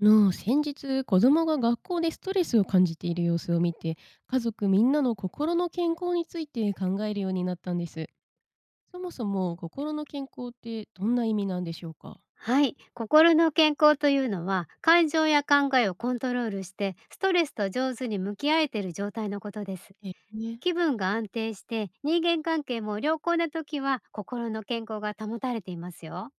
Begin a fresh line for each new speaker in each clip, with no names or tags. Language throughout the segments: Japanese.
先日子供が学校でストレスを感じている様子を見て、家族みんなの心の健康について考えるようになったんです。そもそも心の健康ってどんな意味なんでしょうか？
はい、心の健康というのは感情や考えをコントロールしてストレスと上手に向き合えている状態のことです。
ええ。ね。
気分が安定して人間関係も良好な時は心の健康が保たれていますよ。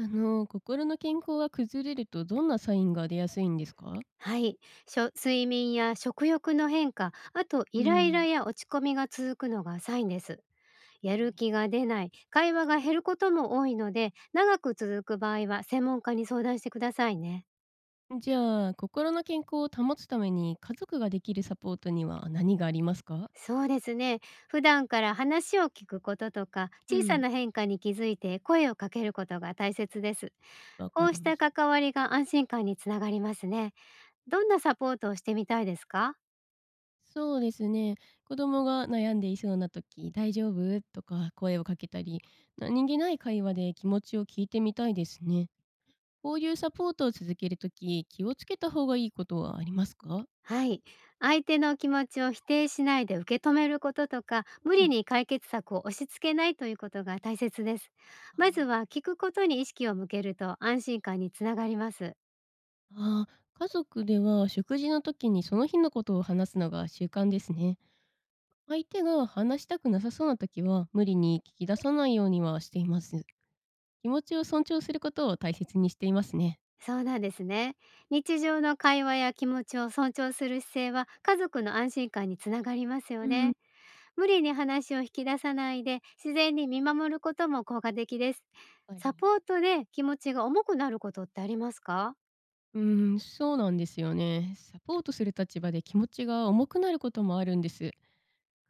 心の健康が崩れるとどんなサインが出やすいんですか？
はい、睡眠や食欲の変化、あと
う
イライラ
ん。
や落ち込みが続くのがサインです。や
は
る
い。
気が出ない、会話が減ることも多いので、長く続く場合は専門家に相談してくださいね。
じゃあ心の健康を保つために家族ができるサポートには何がありますか？
そうですね。普段から話を聞くこととか、
う
小さ
ん。
な変化に気づいて声をかけることが大切です。
わか
こう
り
し
ま
た
した。
関わりが安心感につながりますね。どんなサポートをしてみたいですか？
そうですね。子供が悩んでいそうな時、大丈夫とか声をかけたり、何気ない会話で気持ちを聞いてみたいですね。こういうサポートを続けるとき、気をつけた方がいいことはありますか？
はい。相手の気持ちを否定しないで受け止めることとか、無
う
理
ん。
に解決策を押し付けないということが大切です。ま
は
ず
い。
は聞くことに意識を向けると安心感につながります。
ああ、家族では食事の時にその日のことを話すのが習慣ですね。相手が話したくなさそうな時は無理に聞き出さないようにはしています。気持ちを尊重することを大切にしていますね。
そうなんですね。日常の会話や気持ちを尊重する姿勢は、家族の安心感につながりますよ
うん、やっ
ね。無理に話を引き出さないで自然に見守ることも効果的です。
ぱ
サ
り。
ポートで気持ちが重くなることってありますか？
うーん、そうなんですよね。サポートする立場で気持ちが重くなることもあるんです。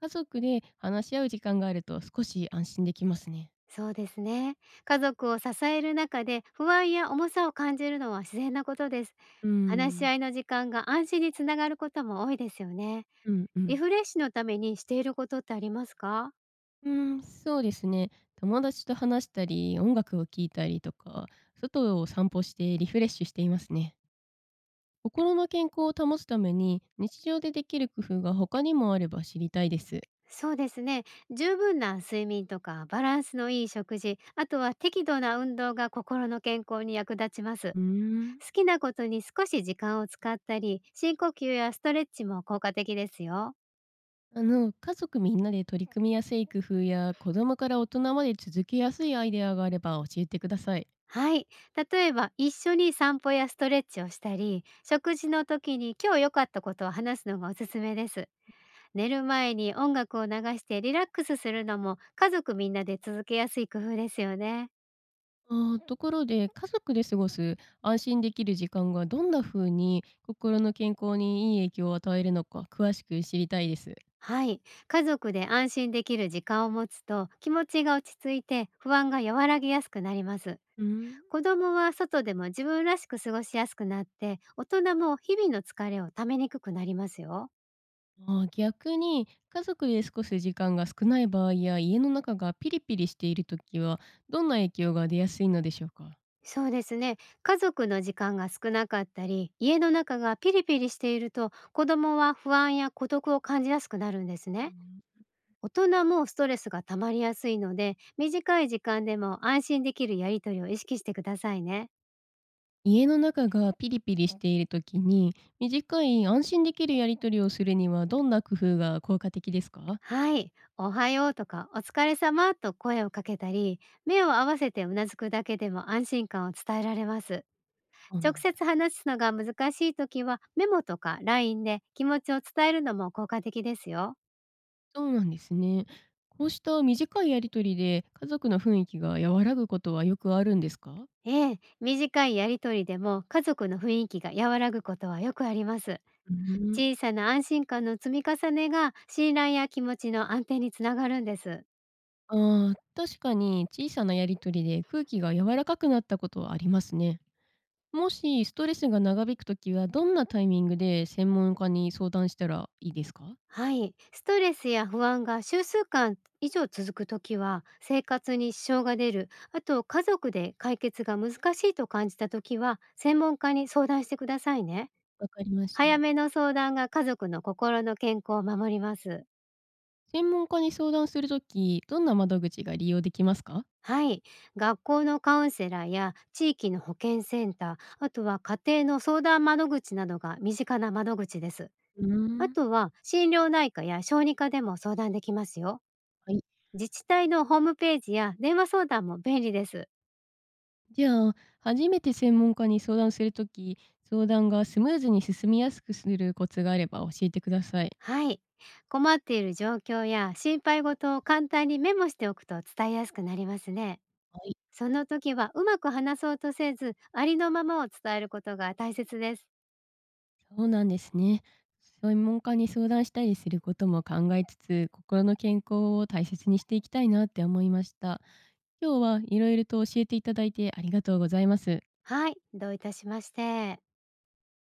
家族で話し合う時間があると少し安心できますね。
そうですね。家族を支える中で不安や重さを感じるのは自然なことです。
うー
話し
ん。
合いの時間が安心につながることも多いですよね。
うんう
リ
ん。
フレッシュのためにしていることってありますか？
うーん、そうですね。友達と話したり、音楽を聴いたりとか、外を散歩してリフレッシュしていますね。心の健康を保つために、日常でできる工夫が他にもあれば知りたいです。
そうですね。十分な睡眠とか、バランスのいい食事、あとは適度な運動が心の健康に役立ちます。
うーん。
好きなことに少し時間を使ったり、深呼吸やストレッチも効果的ですよ。
家族みんなで取り組みやすい工夫や子供から大人まで続けやすいアイデアがあれば教えてください。
はい。例えば一緒に散歩やストレッチをしたり、食事の時に今日良かったことを話すのがおすすめです。寝る前に音楽を流してリラックスするのも、家族みんなで続けやすい工夫ですよね。
あー、ところで家族で過ごす安心できる時間がどんな風に心の健康にいい影響を与えるのか詳しく知りたいです。
はい。家族で安心できる時間を持つと、気持ちが落ち着いて不安が和らぎやすくなります。
うん。
子供は外でも自分らしく過ごしやすくなって、大人も日々の疲れをためにくくなりますよ。
あー、逆に家族で過ごす時間が少ない場合や家の中がピリピリしている時はどんな影響が出やすいのでしょうか？
そうですね。家族の時間が少なかったり、家の中がピリピリしていると、子供は不安や孤独を感じやすくなるんですね。大人もストレスが溜まりやすいので、短い時間でも安心できるやりとりを意識してくださいね。
家の中がピリピリしている時に、短い安心できるやり取りをするにはどんな工夫が効果的ですか？
はい、おはようとかお疲れ様と声をかけたり、目を合わせてうなずくだけでも安心感を伝えられます。
そう
直
なん
接
だ。
話すのが難しい時は、メモとか LINE で気持ちを伝えるのも効果的ですよ。
そうなんですね。こうした短いやり取りで、家族の雰囲気が和らぐことはよくあるんですか？
ええ、短いやりとりでも家族の雰囲気が和らぐことはよくあります。
うん。
小さな安心感の積み重ねが、信頼や気持ちの安定につながるんです。
ああ、確かに小さなやり取りで空気が柔らかくなったことはありますね。もしストレスが長引くときは、どんなタイミングで専門家に相談したらいいですか？
はい。ストレスや不安が数週数間以上続くときは、生活に支障が出る、あと家族で解決が難しいと感じたときは、専門家に相談してくださいね。
わかりまし
早
た。
めの相談が家族の心の健康を守ります。
専門家に相談するとき、どんな窓口が利用できますか？
はい。学校のカウンセラーや地域の保健センター、あとは家庭の相談窓口などが身近な窓口です。
うー
あ
ん。
とは心療内科や小児科でも相談できますよ。
はい。
自治体のホームページや電話相談も便利です。
じゃあ、初めて専門家に相談するとき、相談がスムーズに進みやすくするコツがあれば教えてください。
はい。困っている状況や心配事を簡単にメモしておくと伝えやすくなりますね。
はい。
その時はうまく話そうとせず、ありのままを伝えることが大切です。
そうなんですね。専門家に相談したりすることも考えつつ、心の健康を大切にしていきたいなって思いました。今日はいろいろと教えていただいてありがとうございます。
はい。どういたしまして。